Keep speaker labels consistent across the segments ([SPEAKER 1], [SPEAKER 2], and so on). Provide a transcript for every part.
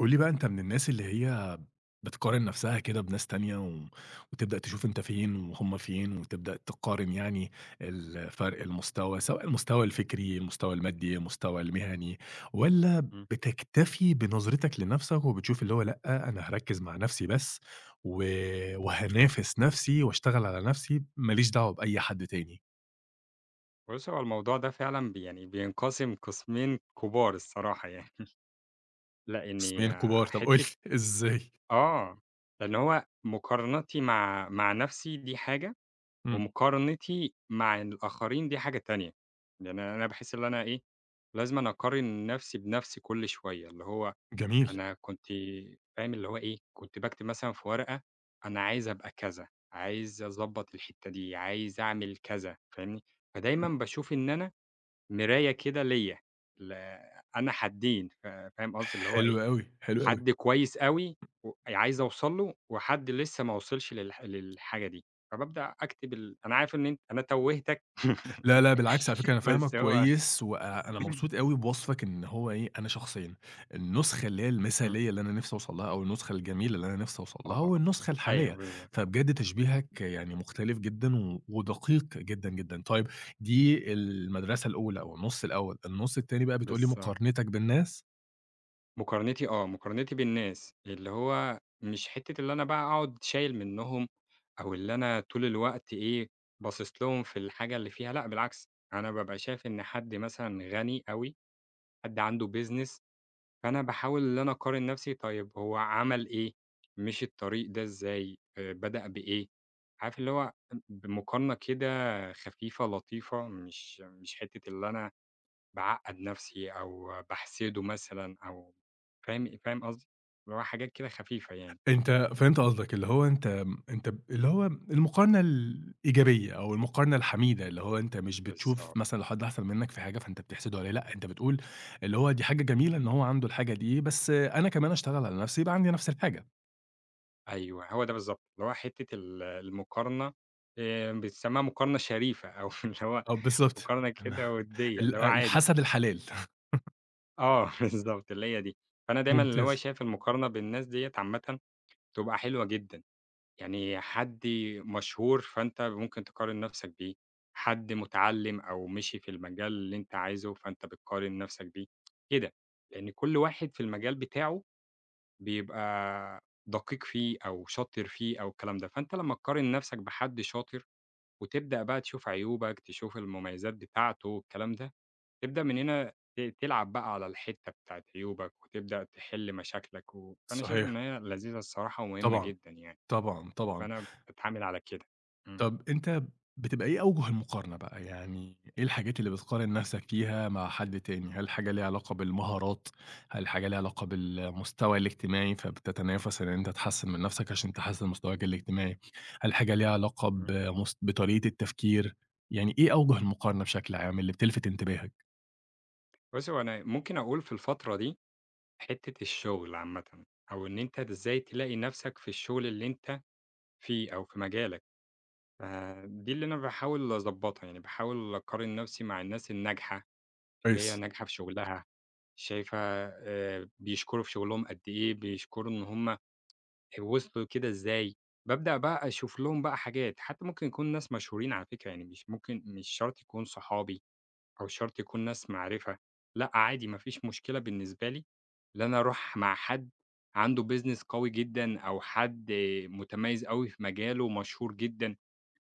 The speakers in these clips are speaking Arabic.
[SPEAKER 1] قُل لي بقى أنت من الناس اللي هي بتقارن نفسها كده بناس تانية وتبدأ تشوف أنت فين وهُم فين، وتبدأ تقارن يعني فرق المستوى، سواء المستوى الفكري، المستوى المادي، المستوى المهني، والّا
[SPEAKER 2] إمم.
[SPEAKER 1] بتكتفي بنظرتك لنفسك وبتشوف اللي هو لأ، أنا هاركّز مع نفسي بس و وهانافس نفسي واشتغل على نفسي، ما ليش دعوة بأي حد تاني؟
[SPEAKER 2] بُصّي، هو الموضوع ده فعلًا يعني بينقسم قسمين كبار الصراحة يعني. لإني
[SPEAKER 1] اسمين كبار، طب قُل
[SPEAKER 2] حتّة
[SPEAKER 1] لي إزاي؟
[SPEAKER 2] آه، لإن هو مقارنتي مع نَفْسي دي حاجة،
[SPEAKER 1] إمم.
[SPEAKER 2] ومقارنتي مع الآخرين دي حاجة تانية. يعني أنا باحس اللي أنا إيه، لازمًا أقارن نَفْسي بنَفْسي كل شوية، اللي هو
[SPEAKER 1] جميل.
[SPEAKER 2] أنا كنت فاهم اللي هو إيه. كنت باكتب مثلًا في ورقة: أنا عايز أبقى كذا، عايز أضبّط الحتّة دي، عايز أعمل كذا، فاهمني؟ فدايمًا
[SPEAKER 1] إمم.
[SPEAKER 2] باشوف إن أنا مراية كده ليّا. ل أنا حدّين، فاهم قصدي، اللي هو
[SPEAKER 1] حلو
[SPEAKER 2] إيه؟
[SPEAKER 1] أوي، حلو أوي.
[SPEAKER 2] حد كويس أوي و عايز أوصل له، وحد لسه ما وصلش للحاجة دي. فبابدأ أكتب ال، أنا عارف إن أنت أنا توّهتك.
[SPEAKER 1] لا، لا، بالعكس على فكرة أنا
[SPEAKER 2] بس
[SPEAKER 1] فاهمك
[SPEAKER 2] هو
[SPEAKER 1] كويس، وأنا مبسوط أوي بوصفك إن هو إيه، أنا شخصيًا النسخة اللي هي
[SPEAKER 2] إمم،
[SPEAKER 1] المثالية اللي أنا نِفْسي أوصل لها أو النسخة الجميلة اللي أنا نِفْسي أوصل لها
[SPEAKER 2] آه،
[SPEAKER 1] والنسخة
[SPEAKER 2] أيوه
[SPEAKER 1] الحالية،
[SPEAKER 2] بالضبط.
[SPEAKER 1] فبجد تشبيهك يعني مختلف جدًا ودقيق جدًا، جدًا. طيب دي المدرسة الأولى أو النُص الأول، النُص التاني بقى بتقول لي
[SPEAKER 2] بالضبط.
[SPEAKER 1] مقارنتك بالناس؟
[SPEAKER 2] مقارنتي آه، مقارنتي بالناس، اللي هو مش حتّة اللي أنا بقى أقعد شايل منّهم، أو اللي أنا طول الوقت إيه، باصص لهم في الحاجة اللي فيها. لأ بالعكس، أنا بابقى شايف إن حد مثلًا غني أوي، حد عنده business، فأنا باحاول إن أنا أقارن نفسي: طيب هو عمل إيه، مشي الطريق ده إزاي، بدأ بإيه. عارف اللي هو بمقارنة كده خفيفة لطيفة، مش حتّة اللي أنا باعقّد نفسي أو باحسده مثلًا أو فاهم قصدي؟ اللي هو حاجات كده خفيفة يعني.
[SPEAKER 1] أنت فهمت قصدك، اللي هو أنت م أنت ب اللي هو المقارنة الإيجابية أو المقارنة الحميدة، اللي هو أنت مش بتشوف
[SPEAKER 2] بالضبط.
[SPEAKER 1] مثلًا لو حد أحسن منّك في حاجة فأنت بتحسده عليه، لأ، أنت بتقول اللي هو دي حاجة جميلة إن هو عنده الحاجة دي، بس أنا كمان أشتغل على نفسي يبقى عندي نفس الحاجة.
[SPEAKER 2] أيوه هو ده بالضبط، اللي هو حتّة ال المقارنة بتسمّيها مقارنة شريفة، أو اللي هو
[SPEAKER 1] آه، بالضبط.
[SPEAKER 2] مقارنة كده وديّة، اللي هو عادي.
[SPEAKER 1] الحسد الحلال.
[SPEAKER 2] آه، بالضبط اللي هي دي. فأنا دايمًا اللي هو
[SPEAKER 1] ممتاز.
[SPEAKER 2] شايف المقارنة بالناس ديّة عامةً بتبقى حلوة جدًا. يعني حد مشهور فأنت ممكن تقارن نَفْسك بيه، حد متعلّم أو مشي في المجال اللي أنت عايزه فأنت بتقارن نَفْسك بيه، كده. لإن كل واحد في المجال بتاعه بيبقى دقيق فيه أو شاطر فيه أو الكلام ده، فأنت لمّا تقارن نَفْسك بحد شاطر وتبدأ بقى تشوف عيوبك، تشوف المميزات بتاعته والكلام ده، تبدأ من هنا تلعب بقى على الحتّة بتاعة عيوبك، وتبدأ تحل مشاكلك. و فأنا شايف إن
[SPEAKER 1] صحيح.
[SPEAKER 2] هي لذيذة الصراحة ومهمة
[SPEAKER 1] طبعًا،
[SPEAKER 2] جدًا يعني.
[SPEAKER 1] طبعًا، طبعًا.
[SPEAKER 2] فأنا باتعامل على كده. إمم،
[SPEAKER 1] طب أنت بتبقى إيه أوجُه المقارنة بقى، يعني إيه الحاجات اللي بتقارن نَفْسك فيها مع حد تاني؟ هل حاجة ليها علاقة بالمهارات، هل حاجة ليها علاقة بالمستوى الاجتماعي فبتتنافس إن أنت تحسّن من نَفْسك عشان تحسّن مستواك الاجتماعي، هل حاجة ليها علاقة
[SPEAKER 2] إمم.
[SPEAKER 1] بطريقة التفكير، يعني إيه أوجُه المقارنة بشكل عام اللي بتلفت انتباهك؟
[SPEAKER 2] بُصّي، هو أنا ممكن أقول في الفترة دي حتّة الشغل عامةً، أو إن أنت إزاي تلاقي نَفْسك في الشغل اللي أنت فيه أو في مجالك. فدي اللي أنا باحاول أضبّطها. يعني باحاول أقارن نَفْسي مع الناس الناجحة، اللي هي
[SPEAKER 1] كويس،
[SPEAKER 2] ناجحة في شغلها. شايفة بيشكروا في شغلهم قد إيه، بيشكروا إن هُم وصلوا كده إزاي. بابدأ بقى أشوف لهم بقى حاجات. حتى ممكن يكون ناس مشهورين على فكرة، يعني مش شرط يكون صحابي أو شرط يكون ناس معرفة. لأ عادي، ما فيش مشكلة بالنسبة لي إن أنا أروح مع حد عنده business قوي جدًا، أو حد متميز أوي في مجاله، مشهور جدًا.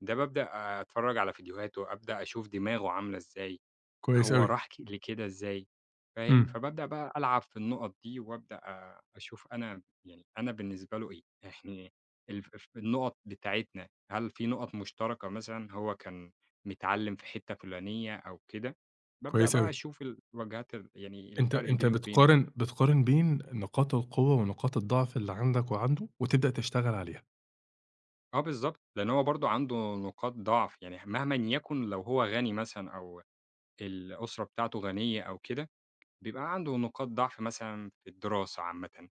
[SPEAKER 2] ده بابدأ أتفرّج على فيديوهاته، أبدأ أشوف دماغه عاملة إزاي،
[SPEAKER 1] كويس
[SPEAKER 2] هو
[SPEAKER 1] أوي،
[SPEAKER 2] راح لكده إزاي. فاهم؟
[SPEAKER 1] إمم،
[SPEAKER 2] فبابدأ بقى ألعب في النُقَط دي، وأبدأ أشوف أنا يعني أنا بالنسبة له إيه. يعني الف ف النُقَط بتاعتنا، هل في نُقَط مشتركة مثلًا؟ هو كان متعلِّم في حتّة فلانية أو كده. بابدأ
[SPEAKER 1] كويس
[SPEAKER 2] بقى
[SPEAKER 1] أوي.
[SPEAKER 2] أشوف الوجهات ال يعني
[SPEAKER 1] أنت
[SPEAKER 2] الفرق
[SPEAKER 1] أنت
[SPEAKER 2] بيني وبينه
[SPEAKER 1] بتقارن
[SPEAKER 2] يعني.
[SPEAKER 1] بتقارن بين نقاط القوة ونقاط الضعف اللي عندك وعنده وتبدأ تشتغل عليها،
[SPEAKER 2] آه بالضبط. لإن هو برضه عنده نقاط ضعف. يعني مهمًا يكن، لو هو غني مثلًا أو الأسرة بتاعته غنية أو كده، بيبقى عنده نقاط ضعف مثلًا في الدراسة عامةً.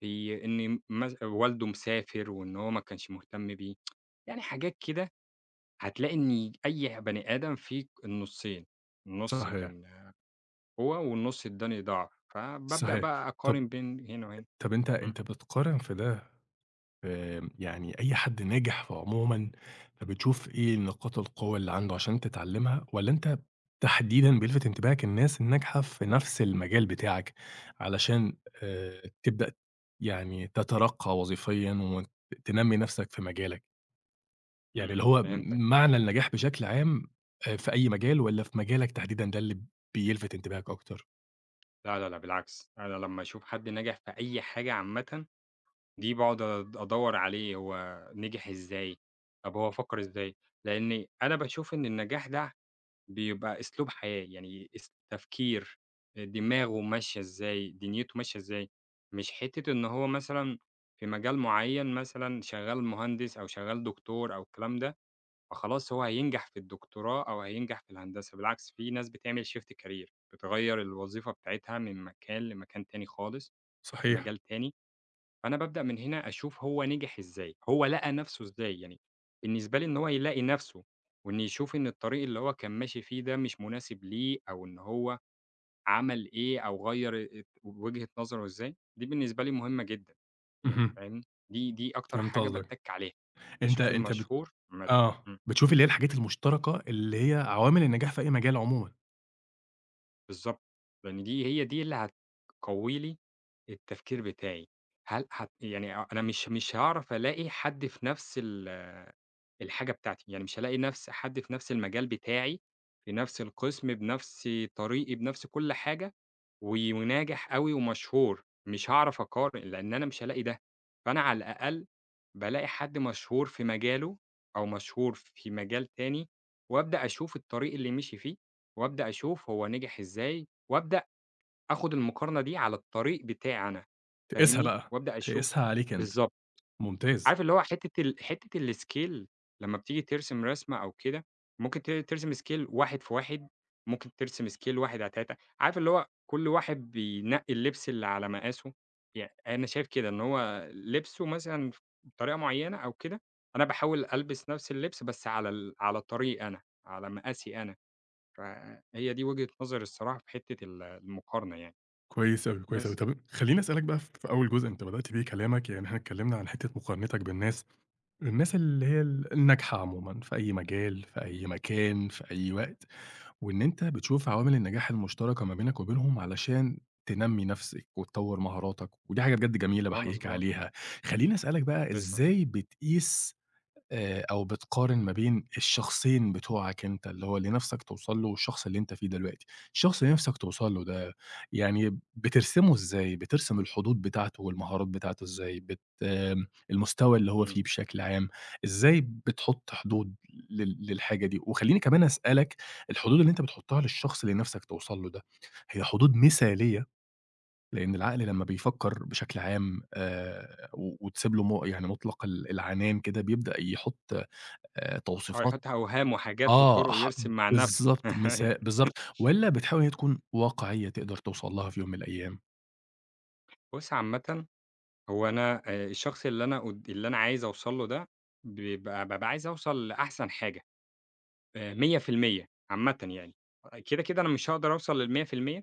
[SPEAKER 2] في إن والده مسافر وإن هو ما كانش مهتم بيه. يعني حاجات كده، هتلاقي إن أي بني آدم فيه النُصّين: النُص
[SPEAKER 1] صح
[SPEAKER 2] كان هو والنُص التاني ضاع. فبابدأ
[SPEAKER 1] صحيح.
[SPEAKER 2] بقى
[SPEAKER 1] طب
[SPEAKER 2] أقارن بين هنا وهنا.
[SPEAKER 1] طب أنت
[SPEAKER 2] إمم،
[SPEAKER 1] أنت بتقارن في ده يعني أي حد ناجح في عمومًا، فبتشوف إيه نقاط القوة اللي عنده عشان تتعلّمها، والّا أنت تحديدًا بيلفت انتباهك الناس الناجحة في نفس المجال بتاعك، علشان تبدأ يعني تترقّى وظيفيًا تنمّي نفسك في مجالك؟ يعني
[SPEAKER 2] إمم،
[SPEAKER 1] اللي هو
[SPEAKER 2] فهمتك.
[SPEAKER 1] معنى النجاح بشكل عام في أي مجال والّا في مجالك تحديدًا ده اللي بيلفت انتباهك أكتر؟
[SPEAKER 2] لا، لا، لا بالعكس. أنا لمّا أشوف حد ناجح في أي حاجة عامةً، دي باقعد أدوّر عليه هو نجح إزاي، طب هو فكّر إزاي. لإن أنا باشوف إن النجاح ده بيبقى أسلوب حياة، يعني تفكير، دماغه ماشية إزاي، دنيته ماشية إزاي. مش حتّة إن هو مثلًا في مجال معيّن مثلًا شغّال مهندس أو شغّال دكتور أو الكلام ده، فخلاص هو هينجح في الدكتوراه أو هينجح في الهندسة. بالعكس، في ناس بتعمل shift career، بتغيّر الوظيفة بتاعتها من مكان لمكان تاني خالص، في
[SPEAKER 1] صحيح.
[SPEAKER 2] مجال تاني. فأنا بابدأ من هنا أشوف هو نجح إزاي، هو لقى نَفْسه إزاي. يعني بالنسبة لي إن هو يلاقي نَفْسه، وإنه يشوف إن الطريق اللي هو كان ماشي فيه ده مش مناسب ليه، أو إن هو عمل إيه أو غيّر وجهة نظره إزاي. دي بالنسبة لي مهمة جدًا. يعني
[SPEAKER 1] اهم.
[SPEAKER 2] فاهمني؟ دي أكتر
[SPEAKER 1] فهمت
[SPEAKER 2] حاجة
[SPEAKER 1] قصدك.
[SPEAKER 2] باتّك عليها.
[SPEAKER 1] أنت
[SPEAKER 2] باشوف
[SPEAKER 1] أنت بت
[SPEAKER 2] المشهور
[SPEAKER 1] آه، بتشوفي اللي هي الحاجات المشتركة، اللي هي عوامل النجاح في أي مجال عمومًا،
[SPEAKER 2] بالضبط. لإن دي هي دي اللي هتقوّي لي التفكير بتاعي. هل هت يعني أنا مش هاعرف ألاقي حد في نفس الحاجة بتاعتي. يعني مش هالاقي نفس حد في نفس المجال بتاعي، في نفس القسم، بنفس طريقي، بنفس كل حاجة، و وناجح أوي ومشهور. مش هاعرف أقارن، لإن أنا مش هالاقي ده. فأنا على الأقل بالاقي حد مشهور في مجاله أو مشهور في مجال تاني، وأبدأ أشوف الطريق اللي مشي فيه. وأبدأ أشوف هو نجح إزاي، وأبدأ آخد المقارنة دي على الطريق بتاعي أنا.
[SPEAKER 1] تقيسها
[SPEAKER 2] فاهمني؟
[SPEAKER 1] بقى،
[SPEAKER 2] وأبدأ أشوف
[SPEAKER 1] تقيسها عليك أنت،
[SPEAKER 2] بالضبط.
[SPEAKER 1] ممتاز،
[SPEAKER 2] عارف اللي هو حتة الscale لمّا بتيجي ترسم رسمة أو كده، ممكن ترسم scale 1 في 1، ممكن ترسم scale 1 على 3. عارف اللي هو كل واحد بينقي اللبس اللي على مقاسه. أنا شايف كده إن هو لبسه مثلًا بطريقة معينة أو كده، أنا باحاول ألبس نفس اللبس بس على طريقي أنا، على مقاسي أنا. فهي دي وجهة نظري الصراحة في حتّة ال المقارنة يعني،
[SPEAKER 1] كويس أوي، كويس أوي.
[SPEAKER 2] بس.
[SPEAKER 1] طب خلّيني أسألك بقى في أول جزء أنت بدأت بيه كلامك، يعني إحنا اتكلمنا عن حتة مقارنتك بالناس، الناس اللي هي الناجحة عمومًا في أي مجال، في أي مكان، في أي وقت، وإن أنت بتشوف عوامل النجاح المشتركة ما بينك وبينهم علشان تنمّي نفسِك وتطوّر مهاراتك، ودي حاجة بجد جميلة
[SPEAKER 2] آه
[SPEAKER 1] باحييك
[SPEAKER 2] مضبوط.
[SPEAKER 1] عليها. خلّيني أسألك بقى
[SPEAKER 2] تسلم.
[SPEAKER 1] إزاي بتقيس أو بتقارن ما بين الشخصين بتوعك أنت، اللي هو اللي نفسك توصل له والشخص اللي أنت فيه دلوقتي. الشخص اللي نفسك توصل له ده يعني بترسمه إزاي؟ بترسم الحدود بتاعته والمهارات بتاعته إزاي؟ بت آم، المستوى اللي هو
[SPEAKER 2] إمم.
[SPEAKER 1] فيه بشكل عام، إزاي بتحط حدود للحاجة دي؟ وخلّيني كمان أسألك، الحدود اللي أنت بتحطها للشخص اللي نفسك توصل له ده، هي حدود مثالية؟ لإن العقل لمّا بيفكر بشكل عام وتسيب له يعني مطلق العنان كده، بيبدأ يحط
[SPEAKER 2] آه،
[SPEAKER 1] توصيفات
[SPEAKER 2] حتى أوهام وحاجات
[SPEAKER 1] آه،
[SPEAKER 2] وطُرق يرسم مع نَفْسه.
[SPEAKER 1] بالضبط بالضبط، والّا بتحاول إن هي تكون واقعية تقدر توصل لها في يوم من الأيام؟
[SPEAKER 2] بُص عامةً، هو أنا الشخص اللي أنا قد اللي أنا عايز أوصل له ده، بابقى عايز أوصل لأحسن حاجة، 100% عامةً يعني. كده، كده أنا مش هاقدر أوصل لل100%.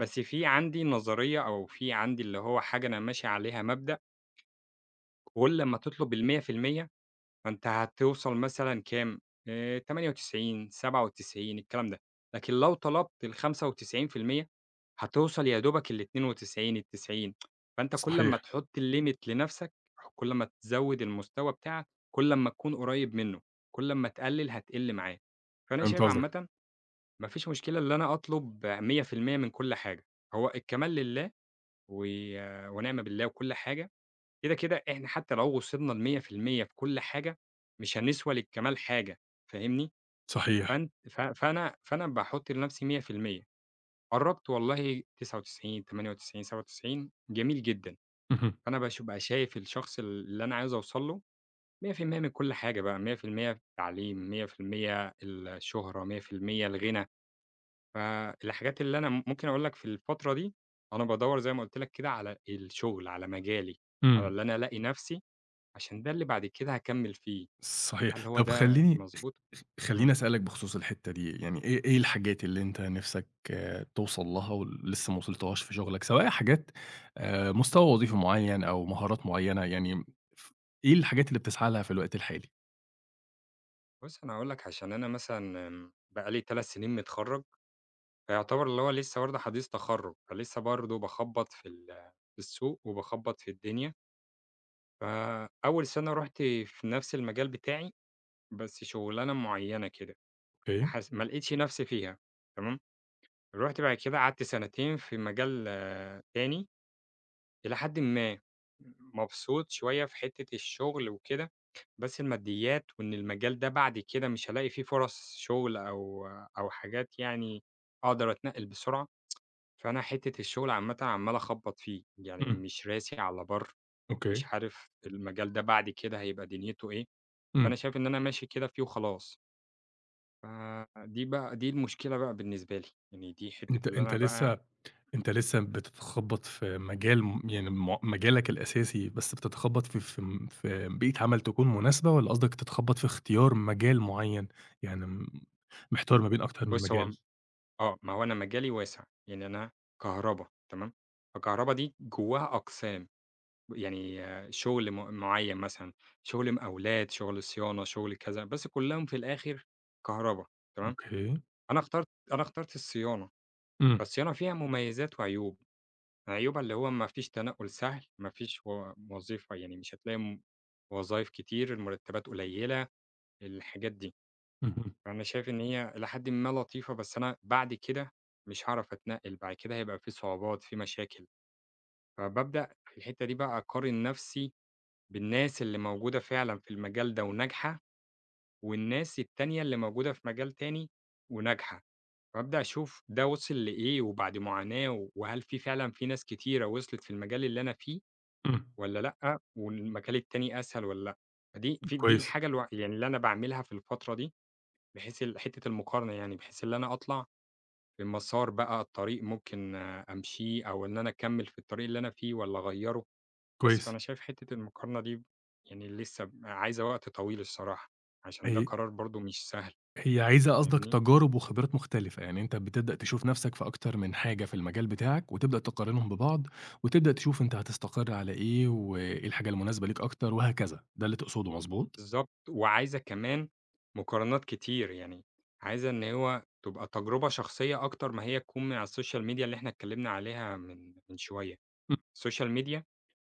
[SPEAKER 2] بس في عندي نظرية، أو في عندي اللي هو حاجة أنا ماشي عليها مبدأ: كُلّ ما تطلب ال100% فأنت هتوصل مثلًا كام، 98، 97 الكلام ده. لكن لو طلبت ال95% هتوصل يا دوبك ال92، ال90. فأنت كل أمّا
[SPEAKER 1] صحيح،
[SPEAKER 2] تحط الlimit لنفسك، كل أمّا تزوّد المستوى بتاعك، كل أمّا تكون قريب منه، كل أمّا تقلل هتقل معاه. فأنا
[SPEAKER 1] فهمت
[SPEAKER 2] شايف
[SPEAKER 1] قصدك،
[SPEAKER 2] عامةً ما فيش مشكلة اللي أنا أطلب 100% من كل حاجة، هو الكمال لله، و ونعم بالله وكل حاجة. كده، كده إحنا حتى لو وصلنا ل100% في المية في كل حاجة، مش هنسوى للكمال حاجة، فاهمني؟
[SPEAKER 1] صحيح،
[SPEAKER 2] فأنت ف فأنا فأنا باحط لنفسي 100%، قرّبت والله 99، 98، 97 جميل جدًا.
[SPEAKER 1] اهم،
[SPEAKER 2] فأنا باش بابقى شايف الشخص اللي أنا عايز أوصل له 100% من كل حاجة بقى، 100% في المية في التعليم، 100% الشهرة، 100% الغنى. فالحاجات اللي أنا ممكن أقول لك في الفترة دي، أنا بادوّر زي ما قُلت لك كده على الشغل، على مجالي، على
[SPEAKER 1] إمم،
[SPEAKER 2] اللي أنا ألاقي نفسي، عشان ده اللي بعد كده هاكمّل فيه.
[SPEAKER 1] صحيح.
[SPEAKER 2] هل هو
[SPEAKER 1] طب
[SPEAKER 2] ده
[SPEAKER 1] خلّيني
[SPEAKER 2] مضبوط؟
[SPEAKER 1] خ خلّيني
[SPEAKER 2] إمم.
[SPEAKER 1] أسألك بخصوص الحتّة دي، يعني إيه الحاجات اللي أنت نِفْسك توصل لها ولسه ما وصلتهاش في شغلك، سواء حاجات مستوى وظيفي معيّن أو مهارات معيّنة، يعني ف إيه الحاجات اللي بتسعى لها في الوقت الحالي؟
[SPEAKER 2] بُص أنا هاقول لك: عشان أنا مثلًا بقى لي 3 سنين متخرّج، فيعتبر اللي هو لسه برضه حديث تخرّج، فلسه برضه باخبّط في في السوق وباخبّط في الدنيا. فأول سنة رُحت في نفس المجال بتاعي، بس شغلانة معيّنة كده،
[SPEAKER 1] أوكي،
[SPEAKER 2] ما لقيتش نفسي فيها. تمام. رُحت بعد كده قعدت 2 سنين في مجال آه، تاني إلى حدٍ ما، مبسوط شوية في حتّة الشغل وكده. بس الماديات وإن المجال ده بعد كده مش هالاقي فيه فرص شغل أو أو حاجات يعني أقدر أتنقّل بسرعة، فأنا حتّة الشغل عامةً عمّال أخبّط فيه، يعني
[SPEAKER 1] إمم،
[SPEAKER 2] مش راسي على بَر. مش
[SPEAKER 1] أوكي،
[SPEAKER 2] عارف المجال ده بعد كده هيبقى دنيته إيه.
[SPEAKER 1] إمم.
[SPEAKER 2] فأنا شايف إن أنا ماشي كده فيه وخلاص. فدي بقى دي المشكلة بقى بالنسبة لي. يعني دي حتّة
[SPEAKER 1] أنت
[SPEAKER 2] اللي
[SPEAKER 1] أنت
[SPEAKER 2] أنا بقى
[SPEAKER 1] لسه
[SPEAKER 2] إمم،
[SPEAKER 1] أنت لسه بتتخبّط في مجال يعني مجالك الأساسي، بس بتتخبّط في بيئة عمل تكون مناسبة، والّا قصدك تتخبّط في اختيار مجال معيّن؟ يعني محتار
[SPEAKER 2] إمم.
[SPEAKER 1] ما بين أكتر من
[SPEAKER 2] بُص هو
[SPEAKER 1] مجال.
[SPEAKER 2] آه، ما هو أنا مجالي واسع. يعني أنا كهربا تمام. فكهربا دي جواها أقسام، يعني آه، شغل معين مثلًا، شغل مقاولات، شغل صيانة، شغل كذا، بس كلّهم في الآخر كهربا تمام.
[SPEAKER 1] أوكي.
[SPEAKER 2] أنا اخترت أنا اخترت الصيانة.
[SPEAKER 1] إمم.
[SPEAKER 2] فالصيانة فيها مميزات وعيوب. عيوبها اللي هو ما فيش تنقل سهل، ما فيش وظيفة، يعني مش هتلاقي وظايف كتير، المرتبات قليلة، الحاجات دي.
[SPEAKER 1] اهم.
[SPEAKER 2] أنا شايف إن هي إلى حدٍ ما لطيفة، بس أنا بعد كده مش هاعرف أتنقّل، بعد كده هيبقى في صعوبات، في مشاكل. فبابدأ في الحتّة دي بقى أقارن نَفْسي بالناس اللي موجودة فعلًا في المجال ده وناجحة، والناس التانية اللي موجودة في مجال تاني وناجحة. فابدأ أشوف ده وصل لإيه وبعد معاناة، وهل في فعلًا في ناس كتيرة وصلت في المجال اللي أنا فيه
[SPEAKER 1] إمم.
[SPEAKER 2] والّا لأ، والمجال التاني أسهل والّا لأ. فدي في دي
[SPEAKER 1] كويس،
[SPEAKER 2] الحاجة يعني اللي أنا باعملها في الفترة دي. بحيث ال حتّة المقارنة يعني، بحيث اللي أنا أطلع المسار بقى، الطريق ممكن آه، أمشيه، أو إن أنا أكمّل في الطريق اللي أنا فيه والّا أغيّره. بس
[SPEAKER 1] كويس.
[SPEAKER 2] فأنا شايف حتّة المقارنة دي يعني لسه عايزة وقت طويل الصراحة، عشان ده
[SPEAKER 1] أي
[SPEAKER 2] قرار برضه مش سهل،
[SPEAKER 1] هي عايزة قصدك
[SPEAKER 2] فاهمني؟
[SPEAKER 1] تجارب وخبرات مختلفة، يعني أنت بتبدأ تشوف نَفْسك في أكتر من حاجة في المجال بتاعك، وتبدأ تقارنهم ببعض، وتبدأ تشوف أنت هتستقر على إيه، وإيه الحاجة المناسبة ليك أكتر وهكذا، ده اللي تقصده مضبوط؟
[SPEAKER 2] بالضبط. وعايزة كمان مقارنات كتير. يعني عايزة إن هو تبقى تجربة شخصية أكتر ما هي تكون من على الSocial media اللي إحنا اتكلّمنا عليها من شوية. الSocial media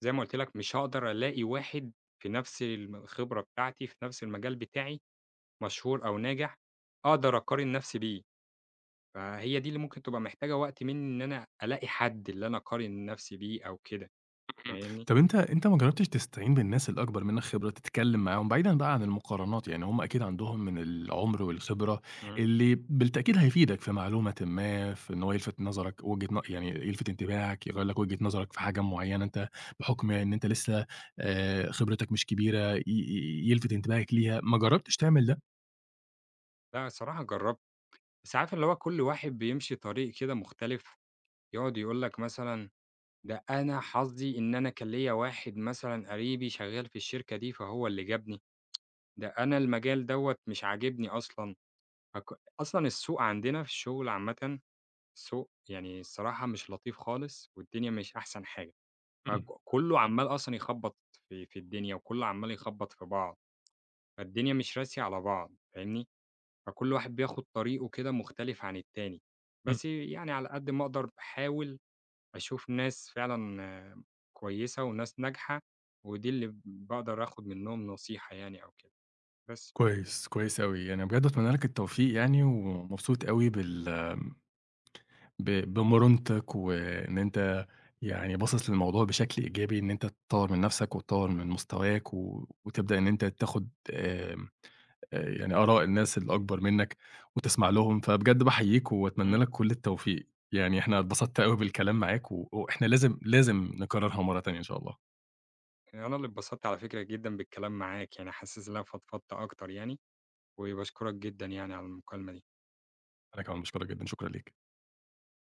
[SPEAKER 2] زي ما قُلت لك مش هاقدر ألاقي واحد في نفس الخبرة بتاعتي، في نفس المجال بتاعي، مشهور أو ناجح، أقدر أقارن نفسي بيه. فهي دي اللي ممكن تبقى محتاجة وقت منّي إن أنا ألاقي حد اللي أنا أقارن نفسي بيه أو كده،
[SPEAKER 1] إمم.
[SPEAKER 2] فاهمني؟
[SPEAKER 1] طب أنت ما جرّبتش تستعين بالناس الأكبر منّك خبرة، تتكلّم معاهم بعيدًا بقى عن المقارنات، يعني هم أكيد عندهم من العُمر والخبرة
[SPEAKER 2] إمم.
[SPEAKER 1] اللي بالتأكيد هيفيدك في معلومةٍ ما، في إن هو يلفت نظرك وجهة ن يعني يلفت انتباهك، يغيّر لك وجهة نظرك في حاجة معيّنة أنت بحُكم إن أنت لسه خبرتك مش كبيرة، ي ي يلفت انتباهك ليها، ما جرّبتش تعمل ده؟
[SPEAKER 2] لأ الصراحة جرّبت. بس عارف اللي هو كل واحد بيمشي طريق كده مختلف. يقعد يقول لك مثلًا: ده أنا حظي إن أنا كان ليّا واحد مثلًا قريبي شغّال في الشركة دي فهو اللي جابني، ده أنا المجال دوّة مش عاجبني أصلًا. فك أصلًا السوق عندنا في الشغل عامةً، السوق يعني الصراحة مش لطيف خالص والدنيا مش أحسن حاجة.
[SPEAKER 1] إمم،
[SPEAKER 2] كُلّه عمّال أصلًا يخبّط في الدنيا، وكُلّه عمّال يخبّط في بعض. فالدنيا مش راسية على بعض، فاهمني؟ فكل واحد بياخد طريقه كده مختلف عن التاني.
[SPEAKER 1] إمم.
[SPEAKER 2] بس يعني على قد ما أقدر باحاول أشوف ناس فعلًا آه، كويسة وناس ناجحة، ودي اللي باقدر آخد منّهم نصيحة يعني أو كده، بس.
[SPEAKER 1] كويس، كويس أوي. يعني بجد أتمنى لك التوفيق يعني ومبسوط أوي بال ب بمرونتك، وإن أنت يعني باصص للموضوع بشكل إيجابي، إن أنت تطوّر من نفسك وتطوّر من مستواك، وتبدأ إن أنت تاخد يعني آراء الناس الأكبر منك وتسمع لهم، فبجد باحييك وأتمنى
[SPEAKER 2] إمم.
[SPEAKER 1] لك كل التوفيق، يعني إحنا اتبسطت أوي بالكلام معاك، وإحنا لازم، لازم نكررها مرة تانية إن شاء الله.
[SPEAKER 2] أنا اللي اتبسطت على فكرة جدًا بالكلام معاك، يعني حاسس إن أنا فضفضت أكتر يعني. وباشكرك جدًا يعني على المكالمة دي.
[SPEAKER 1] أنا كمان باشكرك جدًا، شكرًا ليك.